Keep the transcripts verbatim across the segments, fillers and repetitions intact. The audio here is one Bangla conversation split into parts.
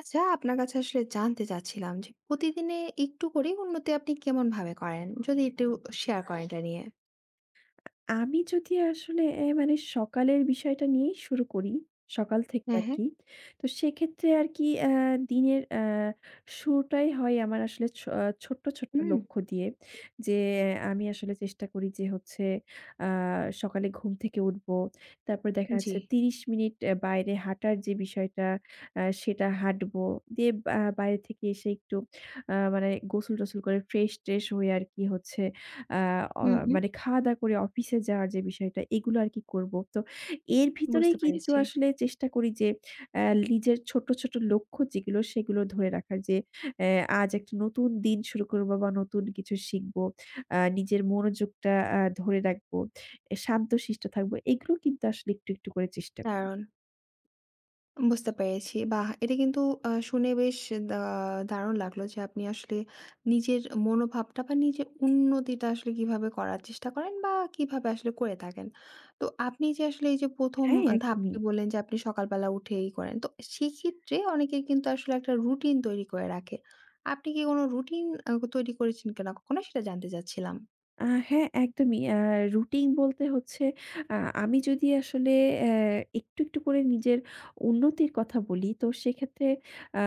আচ্ছা, আপনার কাছে আসলে জানতে চাচ্ছিলাম যে প্রতিদিনে একটু করে উন্নতি আপনি কেমন ভাবে করেন? যদি একটু শেয়ার করেন এটা নিয়ে। আমি যদি আসলে এ মানে সকালের বিষয়টা নিয়েই শুরু করি, সকাল থেকে হ্যাঁ, হ্যাঁ। আরকি। তো সেক্ষেত্রে আরকি আ দিনের আ শুরুটাই হয় আমার আসলে ছ আহ, ছোট্ট, ছোট্ট হুম, লক্ষ্য দিয়ে। যে আহ, আমি আসলে চেষ্টা করি যে হচ্ছে আ সকালে ঘুম থেকে উঠবো। তারপরে দেখা জি। যাচ্ছে ত্রিশ মিনিট আ বাইরে হাঁটার যে বিষয়টা আ সেটা হাঁটবো। দিয়ে বা বাইরে থেকে এসে একটু আ মানে গোসল-টোসল করে ফ্রেশ-ট্রেশ হয়ে আরকি হচ্ছে আ অ হুম, হুম। মানে খাওয়া-দাওয়া করে অফিসে যাওয়ার যে বিষয়টা এগুলো আরকি করব। তো এর ভিতরেই বুঝতে কিন্তু পেরেছি। আসলে চেষ্টা করি যে অ্যা নিজের ছোট, ছোট লক্ষ্য যেগুলো সেগুলো ধরে রাখার যে অ্যা আজ একটা নতুন দিন শুরু করব বা নতুন কিছু শিখব। আ নিজের মনোযোগটা আ ধরে রাখবো। এ শান্তশিষ্ট থাকবো। এগুলো কিন্তু আসলে একটু, একটু করে চেষ্টা করি। দারুণ। বুঝতে পেরেছি। বাহ! এটা কিন্তু আ শুনে বেশ দা দারুণ লাগলো যে আপনি আসলে নিজের মনোভাবটা বা নিজের উন্নতিটা আসলে কিভাবে করার চেষ্টা করেন বা কিভাবে আসলে করে থাকেন। তো আপনি যে আসলে এই যে প্রথম হ্যাঁ, একদমই। ধাপটি বললেন যে আপনি সকালবেলা উঠেই করেন। তো সেক্ষেত্রে অনেকে কিন্তু আসলে একটা রুটিন তৈরি করে রাখে। আপনি কি কোনো রুটিন আ তৈরি করেছেন কিনা কখনো, সেটা জানতে চাচ্ছিলাম? আ হ্যাঁ, একদমই। আ রুটিন বলতে হচ্ছে আ আমি যদি আসলে অ্যা একটু, একটু করে নিজের উন্নতির কথা বলি, তো সেক্ষেত্রে আ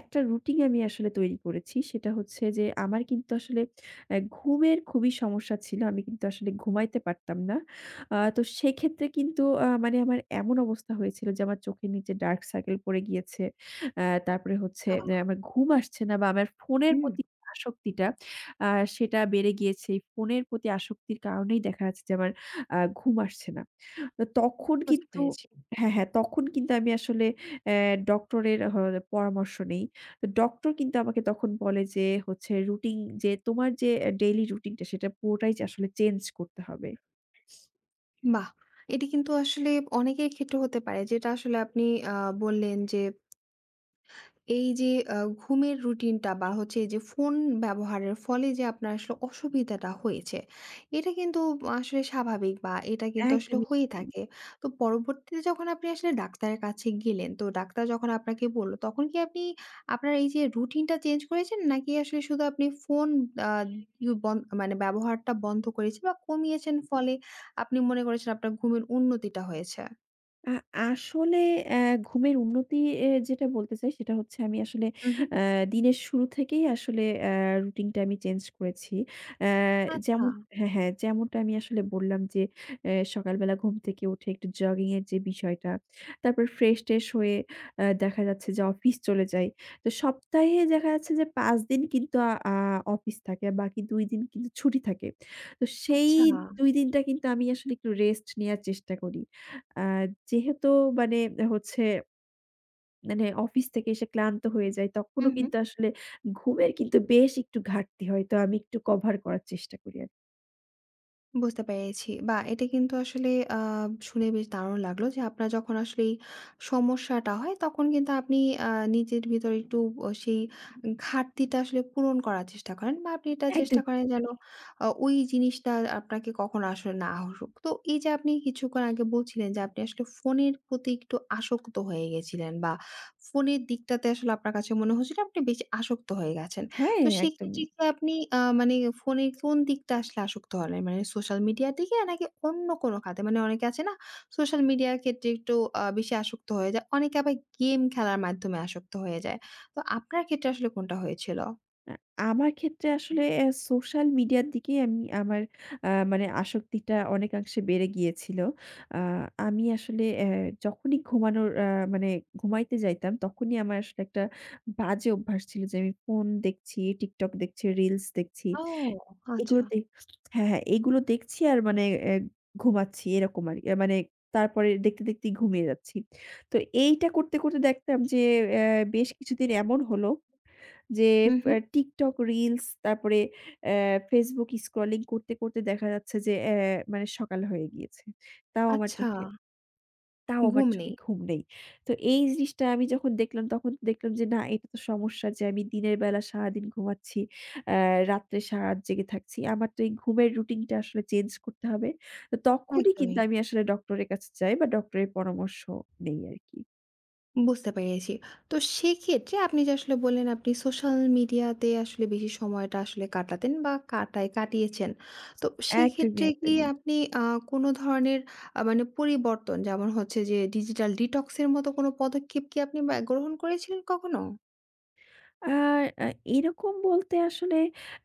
একটা রুটিন আমি আসলে তৈরি করেছি। সেটা হচ্ছে যে আমার কিন্তু আসলে অ্যা ঘুমের খুবই সমস্যা ছিল। আমি কিন্তু আসলে ঘুমাইতে পারতাম না। আ তো সেক্ষেত্রে কিন্তু আ মানে আমার এমন অবস্থা হয়েছিল যে আমার চোখের নিচে ডার্ক সার্কেল পড়ে গিয়েছে। অ্যা তারপরে হচ্ছে আ অ্যা আমার ঘুম আসছে না বা আমার ফোনের হুম, প্রতি আসক্তিটা আ সেটা বেড়ে গিয়েছে। এই ফোনের প্রতি আসক্তির কারণেই দেখা যাচ্ছে যে আমার আ ঘুম আসছে না। তো তখন বুঝতে কিন্তু পেরেছি। হ্যাঁ, হ্যাঁ, তখন কিন্তু আমি আসলে অ্যা ডক্টরের হ পরামর্শ নেই। তো ডক্টর কিন্তু আমাকে তখন বলে যে হচ্ছে রুটিন যে তোমার যে ডেইলি রুটিনটা সেটা পুরোটাই যে আসলে চেঞ্জ করতে হবে। বাহ! এটি কিন্তু আসলে অনেকের ক্ষেত্রে হতে পারে, যেটা আসলে আপনি আ বললেন যে এই যে আ ঘুমের রুটিনটা বা হচ্ছে এই যে ফোন ব্যবহারের ফলে যে আপনার আসলে অসুবিধাটা হয়েছে, এটা কিন্তু আসলে স্বাভাবিক বা এটা কিন্তু আসলে একদমই। হয়ে থাকে। তো পরবর্তীতে যখন আপনি আসলে ডাক্তারের কাছে গেলেন, তো ডাক্তার যখন আপনাকে বলল, তখন কি আপনি আপনার এই যে রুটিনটা চেঞ্জ করেছেন? নাকি আসলে শুধু আপনি ফোন আ ইউ বন মানে ব্যবহারটা বন্ধ করেছেন বা কমিয়েছেন, ফলে আপনি মনে করেছেন আপনার ঘুমের উন্নতিটা হয়েছে? আ আসলে অ্যা ঘুমের উন্নতি এ যেটা বলতে চাই সেটা হচ্ছে আমি আসলে হু, হু। অ্যা দিনের শুরু থেকেই আসলে অ্যা রুটিনটা আমি চেঞ্জ করেছি। অ্যা আচ্ছা, যেমন হ্যাঁ, হ্যাঁ, যেমনটা আমি আসলে বললাম যে অ্যা সকালবেলা ঘুম থেকে উঠে একটু জগিং এর যে বিষয়টা, তারপর ফ্রেশ-ট্রেশ হয়ে আ দেখা যাচ্ছে যে অফিস চলে যাই। তো সপ্তাহে দেখা যাচ্ছে যে পাঁচ দিন কিন্তু আ আ অফিস থাকে আর বাকি দুই দিন কিন্তু ছুটি থাকে। তো সেই আচ্ছা। দুই দিনটা কিন্তু আমি আসলে একটু রেস্ট নেয়ার চেষ্টা করি। আ যেহেতু মানে হচ্ছে মানে অফিস থেকে এসে ক্লান্ত হয়ে যাই, হু, তখনও হু। কিন্তু আসলে ঘুমের কিন্তু বেশ একটু ঘাটতি হয়। তো আমি একটু কভার করার চেষ্টা করি আরকি। বুঝতে পেরেছি। বাহ! এটা কিন্তু আসলে আ শুনে বেশ দারুণ লাগলো যে আপনার যখন আসলে এই সমস্যাটা হয়, তখন কিন্তু আপনি আ নিজের ভিতরে একটু অ সেই ঘাটতিটা আসলে পূরণ করার চেষ্টা করেন, বা আপনি এটা চেষ্টা একদম। করেন যেন আ ওই জিনিসটা আপনাকে কখনো আসলে না হোক। তো এই যে আপনি কিছুক্ষণ আগে বলছিলেন যে আপনি আসলে ফোনের প্রতি একটু আসক্ত হয়ে গেছিলেন, বা ফোনের দিকটাতে আসলে আপনার কাছে মনে হচ্ছিল আপনি বেশি আসক্ত হয়ে গেছেন। হ্যাঁ, তো সেক্ষেত্রে কি একদমই। আপনি আ মানে ফোনের কোন দিকটা আসলে আসক্ত হন? মানে সোশ্যাল মিডিয়ার দিকে, নাকি অন্য কোনো খাতে? মানে অনেকে আছে না, সোশ্যাল মিডিয়ার ক্ষেত্রে একটু আ বেশি আসক্ত হয়ে যায়। অনেকে আবার গেম খেলার মাধ্যমে আসক্ত হয়ে যায়। তো আপনার ক্ষেত্রে আসলে কোনটা হয়েছিল? আ আমার ক্ষেত্রে আসলে অ্যা সোশ্যাল মিডিয়ার দিকেই আমি আমার আ মানে আসক্তিটা অনেকাংশে বেড়ে গিয়েছিল। আ আমি আসলে অ্যা যখনই ঘুমানোর আ মানে ঘুমাইতে যাইতাম, তখনই আমার আসলে একটা বাজে অভ্যাস ছিল যে আমি ফোন দেখছি, TikTok দেখছি, রিলস দেখছি। ও! আচ্ছা। এগুলোতেই হ্যাঁ, হ্যাঁ, এগুলো দেখছি আর মানে এ ঘুমাচ্ছি এরকম আরকি। আ মানে তারপরে দেখতে, দেখতেই ঘুমিয়ে যাচ্ছি। তো এইটা করতে, করতে দেখতাম যে অ্যা বেশ কিছুদিন এমন হলো যে হু, হু। আ TikTok reels তারপরে অ্যা Facebook scrolling করতে, করতে দেখা যাচ্ছে যে অ্যা মানে সকাল হয়ে গিয়েছে। তাও আমার আচ্ছা। চোখে তাও আবার ঘুম চোখে নেই। ঘুম নেই। তো এই জিনিসটা আমি যখন দেখলাম তখন দেখলাম যে না এটা তো সমস্যা যে আমি দিনের বেলা সারাদিন ঘুমাচ্ছি। অ্যা রাত্রে সারারাত জেগে থাকছি। আমার তো এই ঘুমের রুটিনটা আসলে চেঞ্জ করতে হবে। তো তখনই কিন্তু একদমই। আমি আসলে ডক্টরের কাছে যাই বা ডক্টরের পরামর্শ নেই আরকি। বুঝতে পেরেছি। তো সেক্ষেত্রে আপনি যে আসলে বললেন আপনি সোশ্যাল মিডিয়াতে আসলে বেশি সময়টা আসলে কাটাতেন বা কাটায় কাটিয়েছেন। তো একদমই, সেক্ষেত্রে কি একদমই। আপনি আ কোনো ধরনের আ মানে পরিবর্তন, যেমন হচ্ছে যে ডিজিটাল ডিটক্স এর মতো কোনো পদক্ষেপ কি আপনি ব্যা গ্রহণ করেছিলেন কখনো? আ আ এরকম বলতে আসলে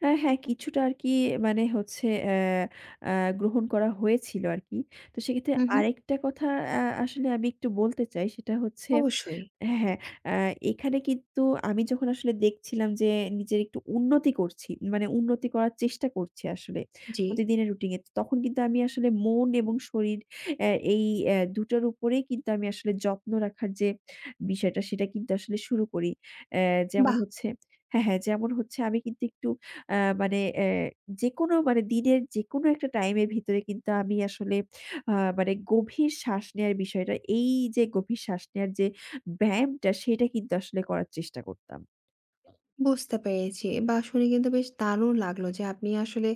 আ হ্যাঁ, কিছুটা আরকি মানে হচ্ছে অ্যা আ গ্রহণ করা হয়েছিল আরকি। তো সেক্ষেত্রে হুম, হুম। আরেকটা কথা আ আসলে আমি একটু বলতে চাই সেটা হচ্ছে অবশ্যই। হ্যাঁ, হ্যাঁ, আ এখানে কিন্তু আমি যখন আসলে দেখছিলাম যে নিজের একটু উন্নতি করছি, মানে উন্নতি করার চেষ্টা করছি আসলে জি। প্রতিদিনের রুটিন এ। তখন কিন্তু আমি আসলে মন এবং শরীর অ্যা এই অ্যা দুটার উপরেই কিন্তু আমি আসলে যত্ন রাখার যে বিষয়টা সেটা কিন্তু আসলে শুরু করি। অ্যা যেমন বাহ! হচ্ছে হ্যাঁ, হ্যাঁ, যেমন হচ্ছে আমি কিন্তু একটু আ মানে অ্যা যেকোনো মানে দিনের যেকোনো একটা টাইমের ভিতরে কিন্তু আমি আসলে আ মানে গভীর শ্বাস নেয়ার বিষয়টা, এই যে গভীর শ্বাস নেয়ার যে ব্যায়ামটা সেটা কিন্তু আসলে করার চেষ্টা করতাম। বুঝতে পেরেছি। বা শুনে কিন্তু বেশ দারুণ লাগলো যে আপনি আসলে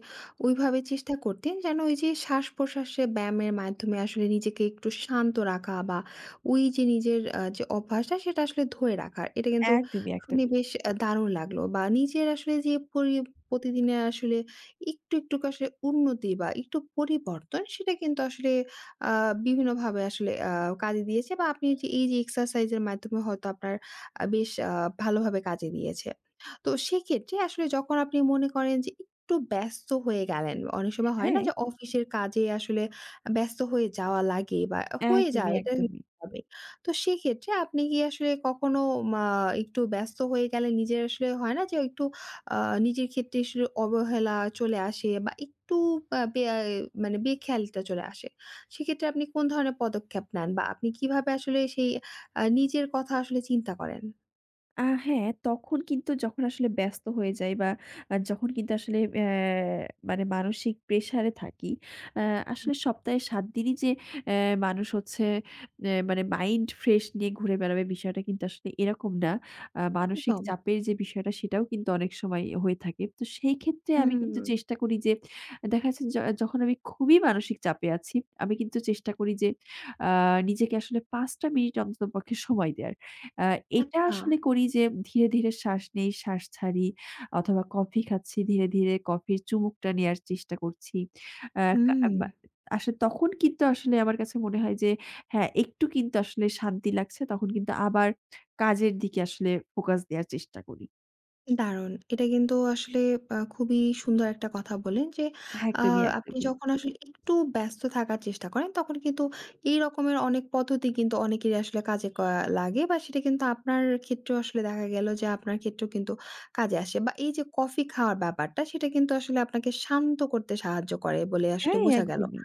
ওইভাবে চেষ্টা করতেন যেন ওই যে শ্বাস-প্রশ্বাসে ব্যায়ামের মাধ্যমে আসলে নিজেকে একটু শান্ত রাখা, বা ওই যে নিজের আ যে অভ্যাসটা সেটা আসলে ধরে রাখার। এটা কিন্তু একদমই, শুনে একদমই। বেশ আ দারুণ লাগলো। বা নিজের আসলে যে পরি প্রতিদিনের আসলে একটু, একটু করে আসলে উন্নতি বা একটু পরিবর্তন, সেটা কিন্তু আসলে আ বিভিন্নভাবে আসলে আ কাজে দিয়েছে, বা আপনি যে এই যে এক্সারসাইজ এর মাধ্যমে হয়তো আপনার আ বেশ আ ভালোভাবে কাজে দিয়েছে। তো সেক্ষেত্রে আসলে যখন আপনি মনে করেন যে একটু ব্যস্ত হয়ে গেলেন, অনেক সময় হয় না হ্যাঁ, যে অফিসের কাজে আসলে ব্যস্ত হয়ে যাওয়া লাগে বা হয়ে একদমই, যায়, এটা একদমই। হবে। তো সেক্ষেত্রে আপনি কি আসলে কখনো মা একটু ব্যস্ত হয়ে গেলে নিজের আসলে হয় না যে একটু আ নিজের ক্ষেত্রে আসলে অবহেলা চলে আসে, বা একটু আ বেয়া মানে বেখেয়ালিটা চলে আসে। সেক্ষেত্রে আপনি কোন ধরনের পদক্ষেপ নেন, বা আপনি কিভাবে আসলে সেই আ নিজের কথা আসলে চিন্তা করেন? আ হ্যাঁ, তখন কিন্তু যখন আসলে ব্যস্ত হয়ে যাই বা আ যখন কিন্তু আসলে অ্যা মানে মানসিক প্রেশারে থাকি, আ আসলে সপ্তাহে সাত দিনই যে অ্যা মানুষ হচ্ছে অ্যা মানে মাইন্ড ফ্রেশ নিয়ে ঘুরে বেড়াবে বিষয়টা কিন্তু আসলে এরকম না। আ মানসিক একদম। চাপের যে বিষয়টা সেটাও কিন্তু অনেক সময় হয়ে থাকে। তো সেই ক্ষেত্রে আমি হুম, কিন্তু চেষ্টা করি যে দেখা যাচ্ছে য যখন আমি খুবই মানসিক চাপে আছি, আমি কিন্তু চেষ্টা করি যে আ নিজেকে আসলে পাঁচ টা মিনিট অন্ততপক্ষে সময় দেয়ার। আ এটা আচ্ছা। আসলে করি যে ধীরে, ধীরে শ্বাস নেই, শ্বাস ছাড়ি অথবা কফি খাচ্ছি ধীরে, ধীরে কফির চুমুকটা নেয়ার চেষ্টা করছি। আ কা হুম, বা আসলে তখন কিন্তু আসলে আমার কাছে মনে হয় যে হ্যাঁ, একটু কিন্তু আসলে শান্তি লাগছে। তখন কিন্তু আবার কাজের দিকে আসলে ফোকাস দেয়ার চেষ্টা করি। দারুণ। এটা কিন্তু আসলে আ খুবই সুন্দর একটা কথা বললেন যে, আ একদমই, আপনি একদমই। যখন আসলে একটু ব্যস্ত থাকার চেষ্টা করেন, তখন কিন্তু এই রকমের অনেক পদ্ধতি কিন্তু অনেকেরই আসলে কাজে ক লাগে, বা সেটা কিন্তু আপনার ক্ষেত্রেও আসলে দেখা গেল যে, আপনার ক্ষেত্রেও কিন্তু কাজে আসে, বা এই যে কফি খাওয়ার ব্যাপারটা, সেটা কিন্তু আসলে আপনাকে শান্ত করতে সাহায্য করে বলে আসলে হ্যাঁ, বোঝা গেল। একদমই।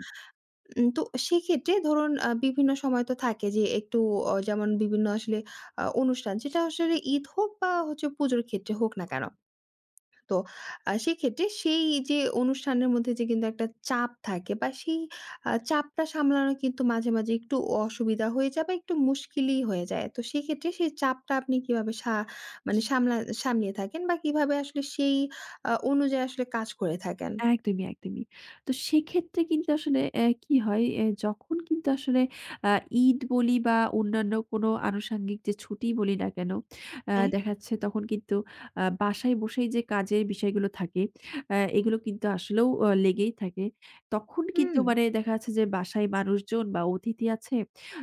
উম তো সেক্ষেত্রে ধরুন আ বিভিন্ন সময় তো থাকে যে একটু অ যেমন বিভিন্ন আসলে আ অনুষ্ঠান, সেটা আসলে ঈদ হোক বা হচ্ছে পুজোর ক্ষেত্রে হোক না কেন? তো আ সেক্ষেত্রে সেই যে অনুষ্ঠানের মধ্যে যে কিন্তু একটা চাপ থাকে বা সেই আ চাপটা সামলানো কিন্তু মাঝে, মাঝে একটু অসুবিধা হয়ে যায় বা একটু মুশকিলই হয়ে যায়। তো সেক্ষেত্রে সেই চাপটা আপনি কিভাবে সা মানে সামলা সামলিয়ে থাকেন, বা কিভাবে আসলে সেই আ অনুযায়ী আসলে কাজ করে থাকেন? একদমই, একদমই। তো সেক্ষেত্রে কিন্তু আসলে অ্যা কি হয় অ্যা যখন কিন্তু আসলে আ ঈদ বলি বা অন্যান্য কোনো আনুষঙ্গিক যে ছুটি বলি না কেন, আ হ্যাঁ। দেখা যাচ্ছে তখন কিন্তু আ বাসায় বসেই যে কাজের বিষয়গুলো থাকে, আ এগুলো কিন্তু আসলেও অ লেগেই থাকে। তখন হুম। কিন্তু মানে দেখা যাচ্ছে যে বাসায় মানুষজন বা অতিথি আছে,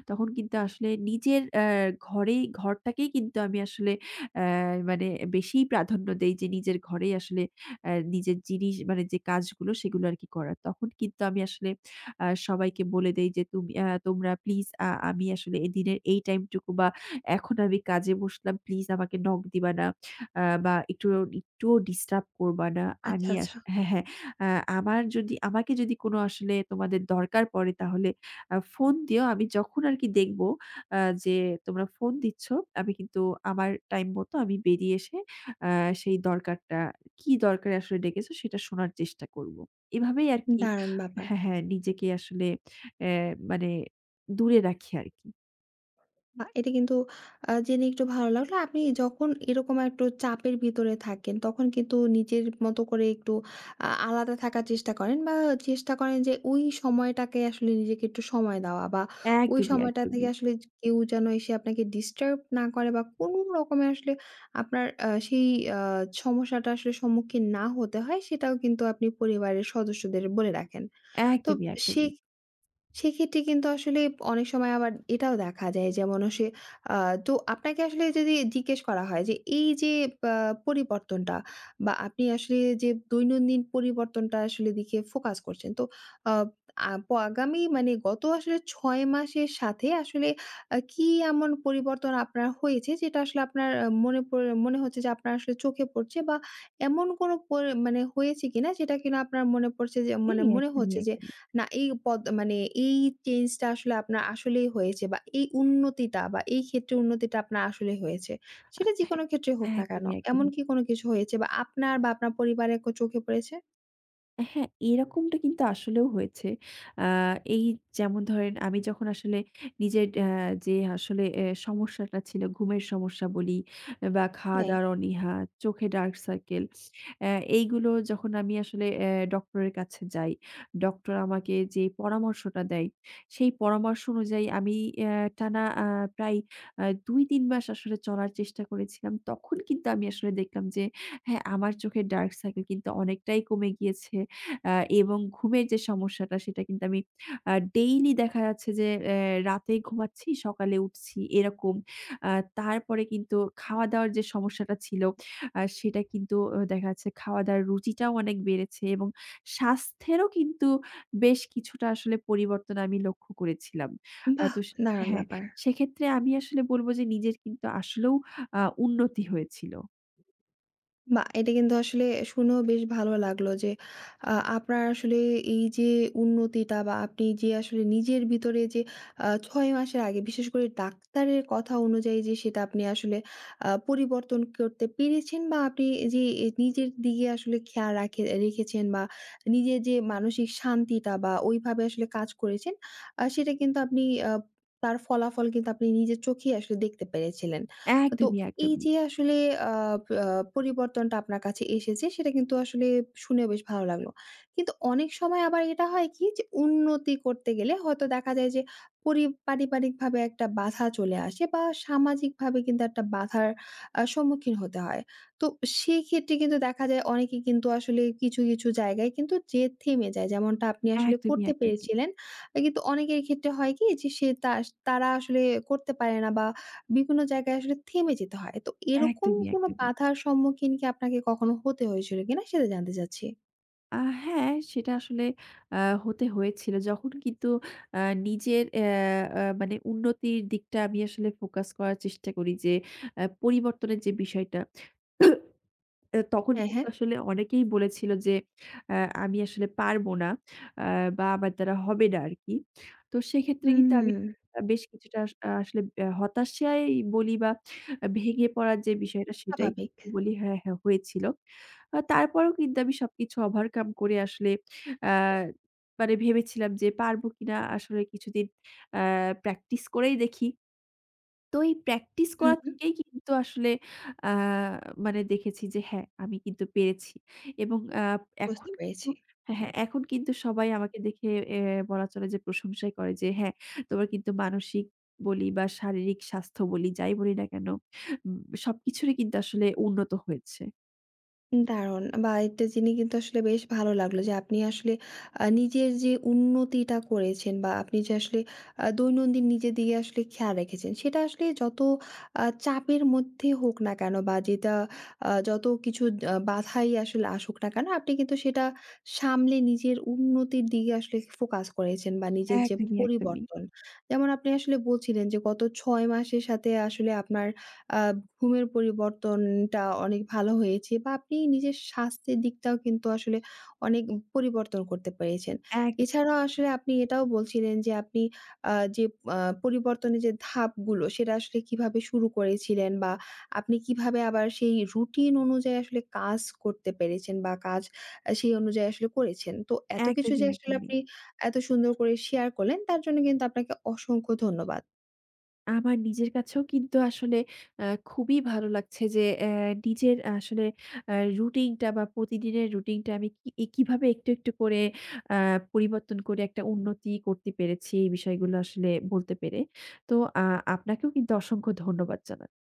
তখন কিন্তু আসলে নিজের অ্যা ঘরেই ঘরটাকেই কিন্তু আমি আসলে অ্যা মানে বেশিই প্রাধান্য দেই যে নিজের ঘরেই আসলে অ্যা নিজের জিনিস মানে যে কাজগুলো সেগুলো আরকি করার। তখন কিন্তু আমি আসলে আ সবাইকে বলে দেই যে তুমি আ তোমরা প্লিজ আ আমি আসলে এ দিনের এই টাইমটুকু বা এখন আমি কাজে বসলাম প্লিজ আমাকে নক দিবা না। আ বা একটু একটুও ডিস্টার্ব করবা না। আচ্ছা, আমি আস আচ্ছা। হ্যাঁ, হ্যাঁ। আ আমার যদি আমাকে যদি কোনো আসলে তোমাদের দরকার পড়ে তাহলে আ ফোন দিও। আমি যখন আরকি দেখব আ যে তোমরা ফোন দিচ্ছ, আমি কিন্তু আমার টাইম মতো আমি বেরিয়ে এসে আ সেই দরকারটা কি দরকারে আসলে ডেকেছো সেটা শোনার চেষ্টা করব। এভাবেই আরকি দারুণ ব্যাপার। হ্যাঁ, হ্যাঁ নিজেকে আসলে অ্যা মানে দূরে রাখি আরকি। আ এটা কিন্তু আ জেনে একটু ভালো লাগলো। আপনি যখন এরকম একটু চাপের ভিতরে থাকেন, তখন কিন্তু নিজের মতো করে একটু আ আলাদা থাকার চেষ্টা করেন, বা চেষ্টা করেন যে ওই সময়টাকে আসলে নিজেকে একটু সময় দেওয়া, বা ওই একদমই, সময়টা থেকে একদমই, আসলে কেউ যেন এসে আপনাকে ডিস্টার্ব না করে বা কোনো রকমের আসলে আপনার আ সেই আ সমস্যাটা আসলে সম্মুখীন না হতে হয়, সেটাও কিন্তু আপনি পরিবারের সদস্যদের বলে রাখেন। তো একদমই, সে একদমই। সেক্ষেত্রে কিন্তু আসলে অনেক সময় আবার এটাও দেখা যায়, যেমন সে আ তো আপনাকে আসলে যদি জিজ্ঞেস করা হয় যে এই যে আ পরিবর্তনটা বা আপনি আসলে যে দৈনন্দিন পরিবর্তনটা আসলে দিকে ফোকাস করছেন। তো আ আ প আগামী মানে গত আসলে ছয় মাসের সাথে আসলে আ কি এমন পরিবর্তন আপনার হয়েছে যেটা আসলে আপনার আ মনে পড়ে, মনে হচ্ছে যে আপনার আসলে চোখে পড়ছে, বা এমন কোনো পরি মানে হয়েছে কিনা যেটা কিনা আপনার মনে পড়ছে যে, মানে হ্যাঁ, মনে একদমই, হচ্ছে যে একদমই। না এই পদ মানে এই চেঞ্জটা আসলে আপনার আসলেই হয়েছে বা এই উন্নতিটা বা এই ক্ষেত্রে উন্নতিটা আপনার আসলে হয়েছে। সেটা যেকোনো ক্ষেত্রে আ হোক না কেন। একদমই, এমন একদমই। কি কোনো কিছু হয়েছে বা আপনার, বা আপনার পরিবারের ক চোখে পড়েছে? হ্যাঁ, এরকমটা কিন্তু আসলেও হয়েছে। আ এই যেমন ধরেন আমি যখন আসলে নিজের আ যে আসলে এ সমস্যাটা ছিল ঘুমের সমস্যা বলি বা হ্যাঁ। খাওয়া-দাওয়ার অনীহা, চোখে ডার্ক সার্কেল অ্যা এইগুলো যখন আমি আসলে অ্যা ডক্টরের কাছে যাই, ডক্টর আমাকে যে পরামর্শটা দেয়, সেই পরামর্শ অনুযায়ী আমি অ্যা টানা আ প্রায় আ দুই তিন মাস আসলে চলার চেষ্টা করেছিলাম। তখন কিন্তু আমি আসলে দেখলাম যে হ্যাঁ, আমার চোখের ডার্ক সার্কেল কিন্তু অনেকটাই কমে গিয়েছে। আ এবং ঘুমের যে সমস্যাটা সেটা কিন্তু আমি আ ডেইলি দেখা যাচ্ছে যে অ্যা রাতে ঘুমাচ্ছি, সকালে উঠছি এরকম। আ তারপরে কিন্তু খাওয়া-দাওয়ার যে সমস্যাটা ছিল আ সেটা কিন্তু অ দেখা যাচ্ছে খাওয়া-দাওয়ার রুচিটাও অনেক বেড়েছে এবং স্বাস্থ্যেরও কিন্তু বেশ কিছুটা আসলে পরিবর্তন আমি লক্ষ্য করেছিলাম। আ বাহ! তো সে দারুণ হ্যাঁ, ব্যাপার। সেক্ষেত্রে আমি আসলে বলব যে নিজের কিন্তু আসলেও আ উন্নতি হয়েছিল। বাহ! এটা কিন্তু আসলে শুনেও বেশ ভালো লাগলো যে আ আপনার আসলে এই যে উন্নতিটা বা আপনি যে আসলে নিজের ভিতরে যে আ ছয় মাসের আগে বিশেষ করে ডাক্তারের কথা অনুযায়ী, যে সেটা আপনি আসলে আ পরিবর্তন করতে পেরেছেন, বা আপনি যে এ নিজের দিকে আসলে খেয়াল রাখে রেখেছেন, বা নিজের যে মানসিক শান্তিটা বা ওইভাবে আসলে কাজ করেছেন, আ সেটা কিন্তু আপনি আ তার ফলাফল কিন্তু আপনি নিজের চোখেই আসলে দেখতে পেরেছিলেন। তো একদমই, এই একদমই। যে আসলে আ আ পরিবর্তনটা আপনার কাছে এসেছে, সেটা কিন্তু আসলে শুনেও বেশ ভালো লাগলো। কিন্তু অনেক সময় আবার এটা হয় কি, যে উন্নতি করতে গেলে হয়তো দেখা যায় যে পরি পারিবারিকভাবে একটা বাধা চলে আসে বা সামাজিকভাবে কিন্তু একটা বাধার আ সম্মুখীন হতে হয়। তো সেক্ষেত্রে কিন্তু দেখা যায় অনেকে কিন্তু আসলে কিছু, কিছু জায়গায় কিন্তু যে থেমে যায়, যেমনটা আপনি আসলে একদমই, করতে একদমই। পেরেছিলেন। আহ, কিন্তু অনেকের ক্ষেত্রে হয় কি, যে সে তা তারা আসলে করতে পারে না বা বিভিন্ন জায়গায় আসলে থেমে যেতে হয়। তো এরকম একদমই, কোনো একদমই। বাধার সম্মুখীন কি আপনাকে কখনো হতে হয়েছিল কিনা, সেটা জানতে চাচ্ছি? আ হ্যাঁ, সেটা আসলে আ হতে হয়েছিল। যখন কিন্তু আ নিজের অ্যা আ মানে উন্নতির দিকটা আমি আসলে ফোকাস করার চেষ্টা করি যে, আ পরিবর্তনের যে বিষয়টা আ তখন হ্যাঁ, কিন্তু হ্যাঁ। আসলে অনেকেই বলেছিল যে, আ আমি আসলে পারবো না আ বা আমার দ্বারা হবে না আরকি। তো সেক্ষেত্রে কিন্তু হুম। আমি আ বেশ কিছুটা আস আ আসলে আ হতাশাই বলি বা আ ভেঙে পড়ার যে বিষয়টা সেটাই স্বাভাবিক। কিন্তু বলি হ্যাঁ, হ্যাঁ হয়েছিল। আ তারপরেও কিন্তু আমি সবকিছু ওভারকাম করে আসলে আ মানে ভেবেছিলাম যে পারবো কিনা আসলে কিছুদিন আ প্র্যাকটিস করেই দেখি। তো এই প্র্যাকটিস হুম, করা হুম। থেকেই কিন্তু আসলে আ মানে দেখেছি যে হ্যাঁ, আমি কিন্তু পেরেছি। এবং আ বুঝতে এখন কিন্তু পেরেছি। হ্যাঁ, হ্যাঁ, এখন কিন্তু সবাই আমাকে দেখে এ বলা চলে যে প্রশংসাই করে যে হ্যাঁ, তোমার কিন্তু মানসিক বলি বা শারীরিক স্বাস্থ্য বলি, যাই বলি না কেন, উম সবকিছুরই কিন্তু আসলে উন্নত হয়েছে। দারুণ! বা এটা জেনে কিন্তু আসলে বেশ ভালো লাগলো যে আপনি আসলে আ নিজের যে উন্নতিটা করেছেন, বা আপনি যে আসলে আ দৈনন্দিন নিজের দিকে আসলে খেয়াল রেখেছেন, সেটা আসলে যত আ চাপের মধ্যে হোক না কেন বা যেটা আ যত কিছু আ বাধাই আসলে আসুক না কেন, আপনি কিন্তু সেটা সামলে নিজের উন্নতির দিকে আসলে ফোকাস করেছেন বা নিজের যে একদমই, একদমই। পরিবর্তন। যেমন আপনি আসলে বলছিলেন যে গত ছয় মাসের সাথে আসলে আপনার আ ঘুমের পরিবর্তনটা অনেক ভালো হয়েছে, বা আপনি নিজের স্বাস্থ্যের দিকটাও কিন্তু আসলে অনেক পরিবর্তন করতে পেরেছেন। একদম এছাড়াও আসলে আপনি এটাও বলছিলেন যে আপনি আ যে আ পরিবর্তনের যে ধাপগুলো সেটা আসলে কিভাবে শুরু করেছিলেন, বা আপনি কিভাবে আবার সেই রুটিন অনুযায়ী আসলে কাজ করতে পেরেছেন, বা কাজ আ সেই অনুযায়ী আসলে করেছেন। তো এত কিছু একদমই, যে আসলে একদমই। আপনি এত সুন্দর করে শেয়ার করলেন, তার জন্য কিন্তু আপনাকে অসংখ্য ধন্যবাদ। আমার নিজের কাছেও কিন্তু আসলে আ খুবই ভালো লাগছে যে অ্যা নিজের আসলে আ রুটিনটা বা প্রতিদিনের রুটিনটা আমি কি এ কিভাবে একটু, একটু করে আ পরিবর্তন করে একটা উন্নতি করতে পেরেছি এই বিষয়গুলো আসলে বলতে পেরে। তো আ আপনাকেও কিন্তু অসংখ্য ধন্যবাদ জানাচ্ছি।